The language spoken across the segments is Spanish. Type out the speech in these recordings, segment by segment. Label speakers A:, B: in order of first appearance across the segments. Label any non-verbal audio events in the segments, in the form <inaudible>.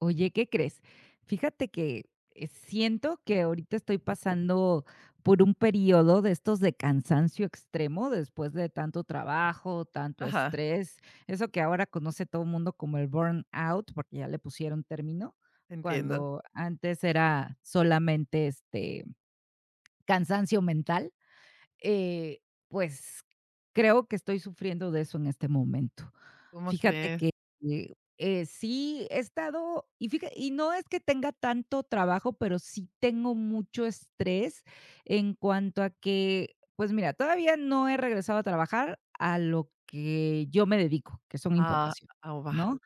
A: Oye, ¿qué crees? Fíjate que siento que ahorita estoy pasando por un periodo de estos de cansancio extremo después de tanto trabajo, tanto
B: Ajá,
A: estrés, eso que ahora conoce todo el mundo como el burnout, porque ya le pusieron término,
B: entiendo.
A: cuando antes era solamente este cansancio mental. Eh, pues, creo que estoy sufriendo de eso en este momento.
B: ¿Cómo
A: Fíjate
B: crees?
A: que, eh sí he estado y fíjate y no es que tenga tanto trabajo, pero sí tengo mucho estrés en cuanto a que, pues mira, todavía no he regresado a trabajar a lo que yo me dedico, que son
B: Ah,
A: importaciones,
B: ah, va.
A: ¿no?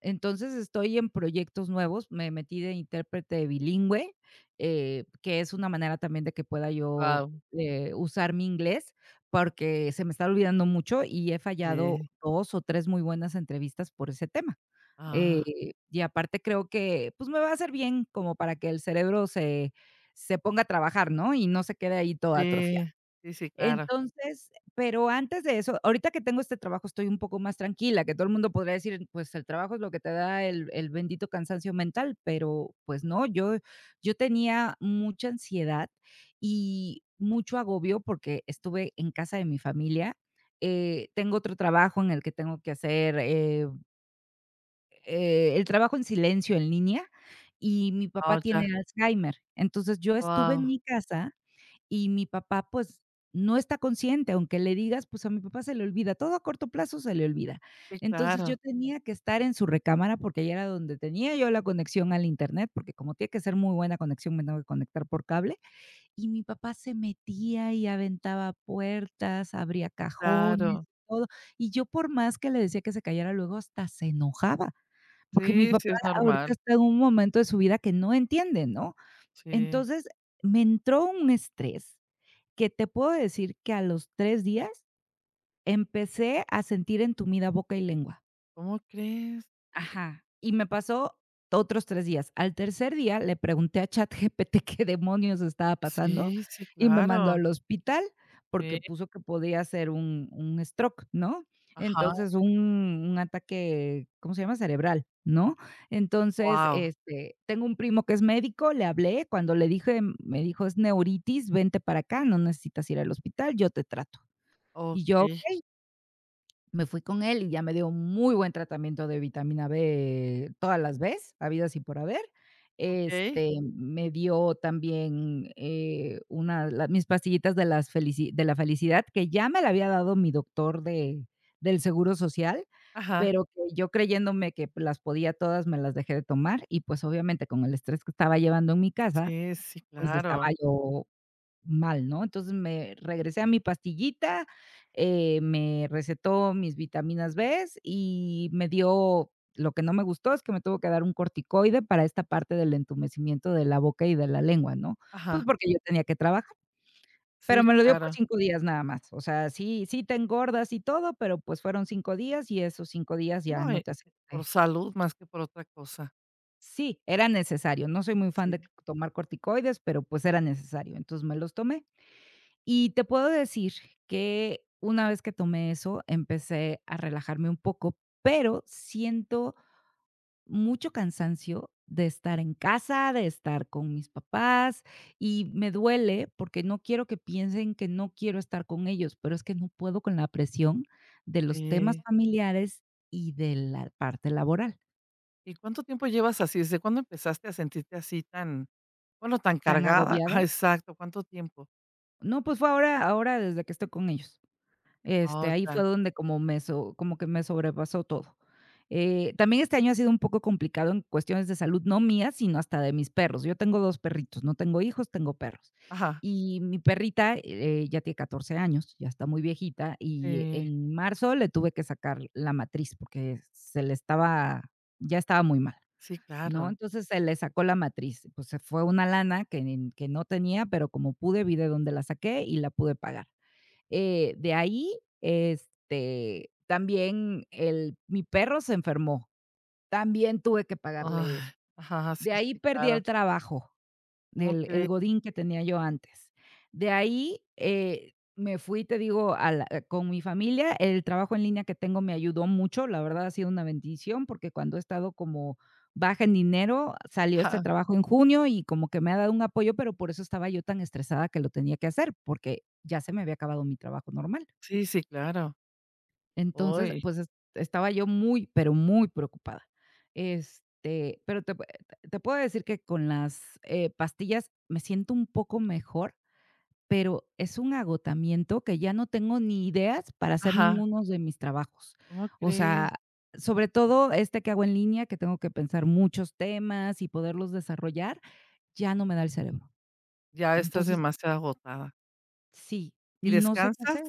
A: Entonces, estoy en proyectos nuevos, me metí de intérprete bilingüe, que es una manera también de que pueda yo,
B: Guau.
A: usar mi inglés, porque se me está olvidando mucho y he fallado
B: Sí.
A: 2 o 3 muy buenas entrevistas por ese tema.
B: Ah,
A: Y aparte creo que, pues, me va a hacer bien como para que el cerebro se ponga a trabajar, ¿no? Y no se quede ahí todo atrofiado.
B: sí, sí, sí, claro.
A: Entonces, pero antes de eso, ahorita que tengo este trabajo estoy un poco más tranquila, que todo el mundo podría decir, pues el trabajo es lo que te da el bendito cansancio mental, pero pues no, yo tenía mucha ansiedad y mucho agobio porque estuve en casa de mi familia. Tengo otro trabajo en el que tengo que hacer, el trabajo en silencio en línea y mi papá
B: Ah, ya.
A: tiene Alzheimer. Entonces, yo estuve
B: Guau.
A: en mi casa y mi papá, pues, no está consciente, aunque le digas, pues, a mi papá se le olvida, todo a corto plazo se le olvida.
B: Sí,
A: Entonces,
B: claro,
A: yo tenía que estar en su recámara, porque ahí era donde tenía yo la conexión al Internet, porque como tiene que ser muy buena conexión, me tengo que conectar por cable, y mi papá se metía y aventaba puertas, abría
B: sí,
A: cajones,
B: claro.
A: todo. Y yo, por más que le decía que se callara, luego hasta se enojaba, porque mi
B: Sí, sí,
A: papá
B: es
A: ahorita
B: normal.
A: está en un momento de su vida que no entiende, ¿no?
B: Sí.
A: Entonces, me entró un estrés que te puedo decir que a los 3 días empecé a sentir entumida boca y lengua.
B: ¿Cómo crees?
A: Ajá. Y me pasó otros 3 días. Al tercer día le pregunté a ChatGPT <laughs> qué demonios estaba pasando
B: Sí, sí,
A: y me mandó
B: claro.
A: al hospital porque
B: Sí,
A: puso que podía ser un stroke, ¿no?
B: ajá.
A: Entonces, un ataque, ¿cómo se llama? Cerebral, ¿no? Entonces,
B: Wow.
A: este, tengo un primo que es médico, le hablé, cuando le dije, me dijo: "Es neuritis, vente para acá, no necesitas ir al hospital, yo te trato". Y yo,
B: Okey,
A: okey, me fui con él y ya me dio muy buen tratamiento de vitamina B todas las vez, habidas y por haber.
B: okey.
A: Este, me dio también, una la mis pastillitas de la felicidad, que ya me la había dado mi doctor de del seguro social,
B: Ajá.
A: pero que yo creyéndome que las podía todas, me las dejé de tomar y, pues, obviamente, con el estrés que estaba llevando en mi casa,
B: Sí, sí,
A: pues, estaba
B: claro.
A: yo mal, ¿no? Entonces, me regresé a mi pastillita, me recetó mis vitaminas B y me dio lo que no me gustó es que me tuvo que dar un corticoide para esta parte del entumecimiento de la boca y de la lengua, ¿no? Pues,
B: Ajá.
A: porque yo tenía que trabajar, pero
B: Sí,
A: me lo dio por
B: claro.
A: 5 días nada más. O sea, sí te engordas y todo, pero, pues, fueron 5 días y esos 5 días ya
B: No,
A: no te hace. eh,
B: por salud más que por otra cosa.
A: Sí, era necesario. No soy muy fan
B: Sí,
A: de tomar corticoides, pero, pues, era necesario. Entonces, me los tomé. Y te puedo decir que una vez que tomé eso, empecé a relajarme un poco, pero siento mucho cansancio de estar en casa, de estar con mis papás y me duele porque no quiero que piensen que no quiero estar con ellos, pero es que no puedo con la presión de los temas
B: sí.
A: familiares y de la parte laboral.
B: ¿Y cuánto tiempo llevas así? ¿Desde cuándo empezaste a sentirte así tan, bueno, tan
A: Tan
B: cargada?
A: agobiada.
B: <laughs> Ah, exacto, ¿cuánto tiempo?
A: No, pues fue ahora desde que estoy con ellos. Este,
B: Oh,
A: ahí
B: ya.
A: fue donde como que me sobrepasó todo. También este año ha sido un poco complicado en cuestiones de salud, no mías, sino hasta de mis perros. Yo tengo 2 perritos, no tengo hijos, tengo perros.
B: Ajá.
A: Y mi perrita, ya tiene 14 años, ya está muy viejita, y
B: Sí,
A: en marzo le tuve que sacar la matriz porque se le estaba ya estaba muy mal,
B: sí,
A: ¿no?
B: claro.
A: Entonces se le sacó la matriz, pues se fue una lana que no tenía, pero como pude vi de dónde la saqué y la pude pagar. De ahí, este, también el mi perro se enfermó, también tuve que pagarle
B: Ay,
A: eso.
B: ajá,
A: De
B: sí,
A: ahí
B: sí,
A: perdí
B: claro.
A: el trabajo,
B: ¿Cómo
A: del el
B: crees?
A: godín que tenía yo antes. De ahí, me fui, te digo, a la con mi familia, el trabajo en línea que tengo me ayudó mucho, la verdad ha sido una bendición, porque cuando he estado como baja en dinero, salió este
B: Ajá.
A: trabajo en junio y como que me ha dado un apoyo, pero por eso estaba yo tan estresada que lo tenía que hacer, porque ya se me había acabado mi trabajo normal.
B: Sí, sí, claro.
A: Entonces,
B: Uy,
A: pues, es estaba yo muy, pero muy preocupada. Este, pero te puedo decir que con las, pastillas me siento un poco mejor, pero es un agotamiento que ya no tengo ni ideas para hacer
B: ajá,
A: ninguno de mis trabajos.
B: ¿cómo
A: O
B: crees?
A: sea, sobre todo este que hago en línea, que tengo que pensar muchos temas y poderlos desarrollar, ya no me da el cerebro.
B: Ya estás
A: Entonces
B: demasiado agotada.
A: sí,
B: ¿Y
A: y no sé qué
B: descansas?
A: hacer.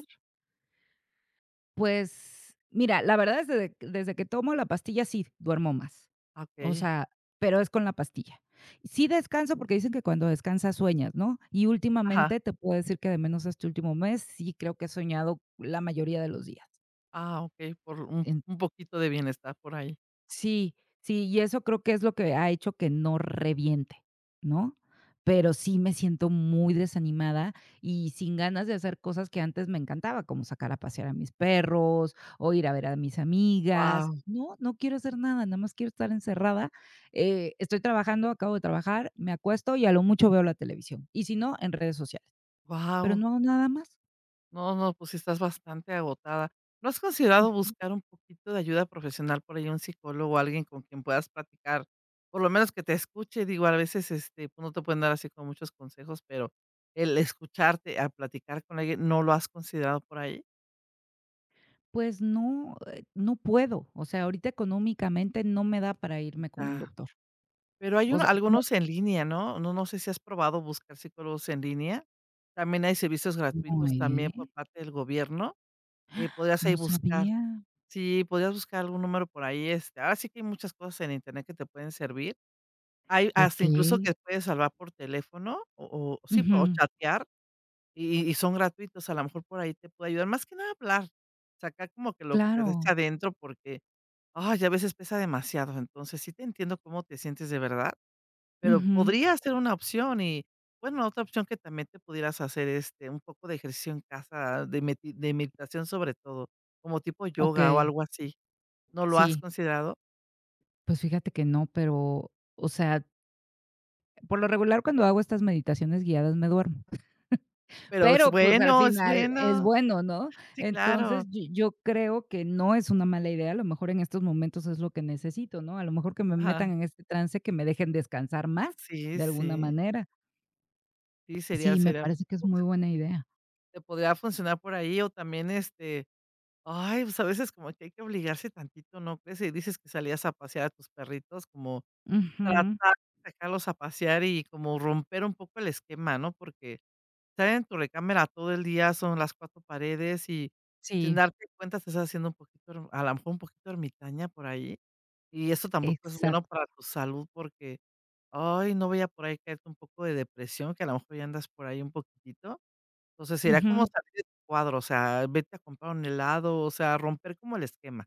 A: Pues, mira, la verdad es desde que tomo la pastilla sí duermo más.
B: Ah,
A: O sea, pero es con la pastilla. Sí descanso, porque dicen que cuando descansas sueñas, ¿no? Y
B: ajá.
A: últimamente te puedo decir que de menos este último mes, sí creo que he soñado la mayoría de los días.
B: Ah, okey, por un poquito de bienestar por ahí.
A: Sí, sí, y eso creo que es lo que ha hecho que no reviente, ¿no? Pero sí me siento muy desanimada y sin ganas de hacer cosas que antes me encantaba, como sacar a pasear a mis perros o ir a ver a mis amigas.
B: Wow.
A: No, no quiero hacer nada, nada más quiero estar encerrada. Estoy trabajando, acabo de trabajar, me acuesto y a lo mucho veo la televisión. Y si no, en redes sociales. Pero
B: Wow.
A: no hago nada más.
B: No, no, pues sí estás bastante agotada. ¿No has considerado buscar un poquito de ayuda profesional por ahí, un psicólogo, alguien con quien puedas platicar? Por lo menos que te escuche, digo, a veces este, pues, no te pueden dar así con muchos consejos, pero el escucharte, a platicar con alguien, ¿no lo has considerado por ahí?
A: Pues no, no puedo. O sea, ahorita económicamente no me da para irme con un
B: Ya.
A: doctor.
B: Pero hay
A: O sea, como.
B: algunos en línea, ¿no? No sé si has probado buscar psicólogos en línea. También hay servicios
A: No,
B: gratuitos
A: ¿eh?
B: también por parte del gobierno. Podrías ahí
A: No
B: buscar.
A: sabía.
B: Sí, podrías buscar algún número por ahí, este, ahora sí que hay muchas cosas en internet que te pueden servir. Hay hasta
A: Okey.
B: incluso que puedes salvar por teléfono o sí, o
A: Ujú.
B: chatear y son gratuitos, a lo mejor por ahí te puede ayudar, más que nada hablar, sacar como que lo que
A: Claro.
B: te echa adentro porque, ay, a veces pesa demasiado, entonces sí te entiendo cómo te sientes de verdad, pero
A: Ujú.
B: podría ser una opción y, bueno, otra opción que también te pudieras hacer, este, un poco de ejercicio en casa, de meditación sobre todo, como tipo yoga o
A: Okey.
B: algo así. ¿No lo has
A: Sí.
B: considerado?
A: Pues fíjate que no, pero, o sea, por lo regular, cuando hago estas meditaciones guiadas me duermo,
B: Pero es
A: pero, pues, al
B: bueno, es
A: final es
B: bueno.
A: bueno, ¿no?
B: Sí, claro.
A: Entonces, yo creo que no es una mala idea, a lo mejor en estos momentos es lo que necesito, ¿no? A lo mejor que me metan
B: Ajá.
A: en este trance, que me dejen descansar más,
B: Sí,
A: de alguna
B: sí.
A: manera.
B: Sí, sería
A: Sí, me
B: sería
A: parece que es
B: pues,
A: muy buena idea.
B: te podría funcionar por ahí o también, este, ay, pues, a veces como que hay que obligarse tantito, ¿no crees? Y dices que salías a pasear a tus perritos, como tratar
A: Ujú.
B: de sacarlos a pasear y como romper un poco el esquema, ¿no? Porque estar en tu recámara todo el día, son las 4 paredes y sin
A: Sí,
B: darte cuenta te estás haciendo un poquito, a la mejor un poquito ermitaña por ahí. Y eso tampoco es bueno
A: exacto.
B: para tu salud porque, ay, no vaya por ahí caerte un poco de depresión, que a lo mejor ya andas por ahí un poquitito. Entonces, sería como
A: Ujú.
B: salir de tu cuadro, o sea, vete a comprar un helado, o sea, romper como el esquema,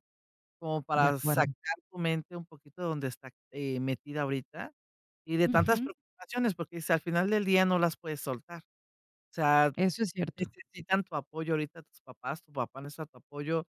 B: como
A: De
B: para
A: acuerdo.
B: sacar tu mente un poquito de donde está, metida ahorita, y de tantas
A: Ujú.
B: preocupaciones, porque dices, al final del día no las puedes soltar. O sea,
A: Eso es cierto.
B: necesitan tu apoyo ahorita tus papás, tu papá necesita tu apoyo,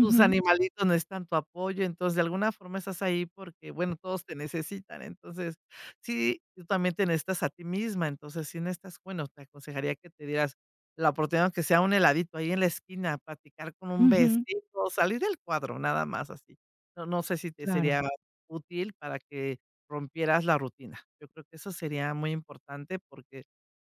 B: tus animalitos necesitan tu apoyo, entonces, de alguna forma estás ahí porque, bueno, todos te necesitan. Entonces, sí, tú también te necesitas a ti misma, entonces, si necesitas, bueno, te aconsejaría que te dieras la oportunidad, aunque sea un heladito ahí en la esquina, platicar con un
A: ujú.
B: vecino, salir del cuadro, nada más así. No sé si te
A: Claro.
B: sería útil para que rompieras la rutina. Yo creo que eso sería muy importante porque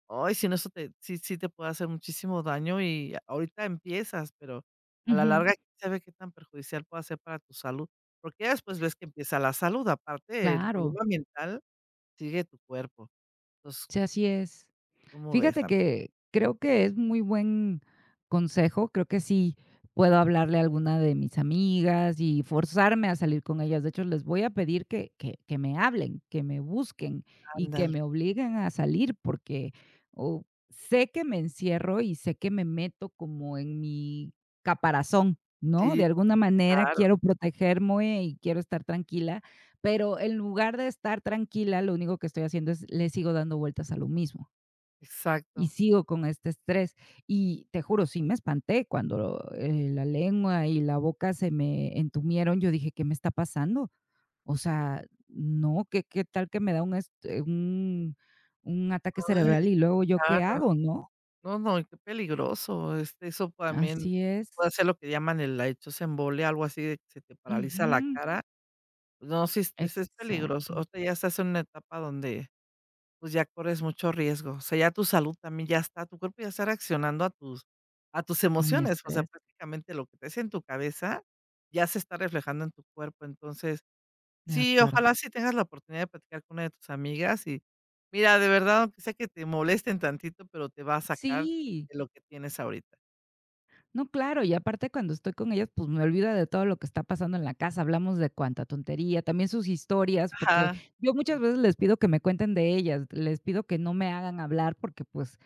B: ay, si no, eso te sí sí te puede hacer muchísimo daño y ahorita empiezas, pero a la
A: Ujú.
B: larga, quién sabe qué tan perjudicial puede ser para tu salud, porque ya después ves que empieza la salud, aparte el
A: Claro,
B: problema mental sigue tu cuerpo. Entonces,
A: sí, así es.
B: ¿cómo ves?
A: Fíjate
B: Am
A: que creo que es muy buen consejo, creo que sí puedo hablarle a alguna de mis amigas y forzarme a salir con ellas. De hecho, les voy a pedir que me hablen, que me busquen y que
B: Ándale.
A: me obliguen a salir, porque, o sé que me encierro y sé que me meto como en mi caparazón, ¿no?
B: Sí,
A: De alguna manera
B: claro.
A: quiero protegerme y quiero estar tranquila, pero en lugar de estar tranquila, lo único que estoy haciendo es le sigo dando vueltas a lo mismo y
B: Exacto.
A: sigo con este estrés. Y te juro, sí me espanté cuando, la lengua y la boca se me entumieron. Yo dije: "¿Qué me está pasando?". O sea, no, ¿qué tal que me da un est un ataque
B: Ay,
A: cerebral y luego yo qué
B: claro.
A: hago, no?
B: No, no, y qué peligroso, este, eso también
A: Así es.
B: puede ser lo que llaman el la dichosa embolia, algo así de que se te paraliza la
A: Ujú.
B: cara. No, sí, es peligroso.
A: Exacto.
B: Ahorita ya estás en una etapa donde pues ya corres mucho riesgo. O sea, ya tu salud también ya está, tu cuerpo ya está reaccionando a tus
A: Mi
B: emociones, o sea,
A: estrés,
B: prácticamente lo que te es en tu cabeza ya se está reflejando en tu cuerpo. Entonces,
A: de
B: sí,
A: acuerdo.
B: ojalá sí tengas la oportunidad de platicar con una de tus amigas y mira, de verdad, aunque sea que te molesten tantito, pero te va a sacar
A: Sí.
B: de lo que tienes ahorita.
A: No, claro, y aparte cuando estoy con ellas, pues me olvido de todo lo que está pasando en la casa, hablamos de cuánta tontería, también sus historias, porque
B: Ajá,
A: yo muchas veces les pido que me cuenten de ellas, les pido que no me hagan hablar porque pues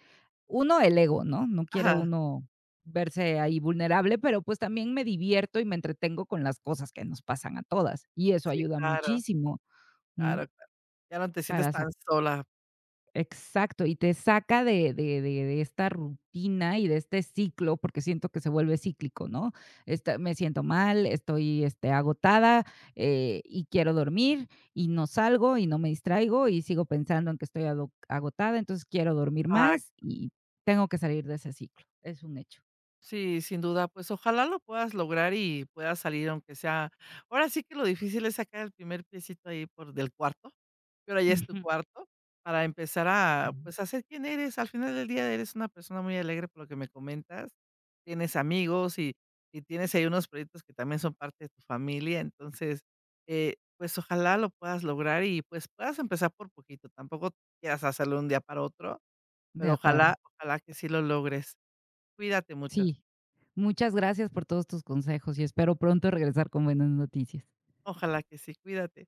A: uno el ego, ¿no? No quiere
B: ajá,
A: uno verse ahí vulnerable, pero pues también me divierto y me entretengo con las cosas que nos pasan a todas y eso
B: sí,
A: ayuda
B: claro,
A: muchísimo, mm,
B: claro, claro. Ya no te sientes
A: para
B: tan sola.
A: exacto, y te saca de esta rutina y de este ciclo, porque siento que se vuelve cíclico, ¿no? Esta me siento mal, estoy, este, agotada, y quiero dormir, y no salgo, y no me distraigo, y sigo pensando en que estoy ado agotada, entonces quiero dormir
B: Ajá.
A: más, y tengo que salir de ese ciclo, es un hecho.
B: Sí, sin duda, pues ojalá lo puedas lograr y puedas salir aunque sea ahora sí que lo difícil es sacar el primer piecito ahí por del cuarto, que ahora ya es tu
A: Ujú.
B: cuarto, para empezar
A: Sí.
B: a, pues, a ser quien eres. Al final del día eres una persona muy alegre por lo que me comentas, tienes amigos y tienes ahí unos proyectos que también son parte de tu familia. Entonces, pues ojalá lo puedas lograr y, pues, puedas empezar por poquito. Tampoco quieras hacerlo de un día para otro,
A: De
B: pero ojalá
A: acuerdo.
B: ojalá que sí lo logres. Cuídate mucho.
A: Sí. Muchas gracias por todos tus consejos y espero pronto regresar con buenas noticias.
B: Ojalá que sí, cuídate.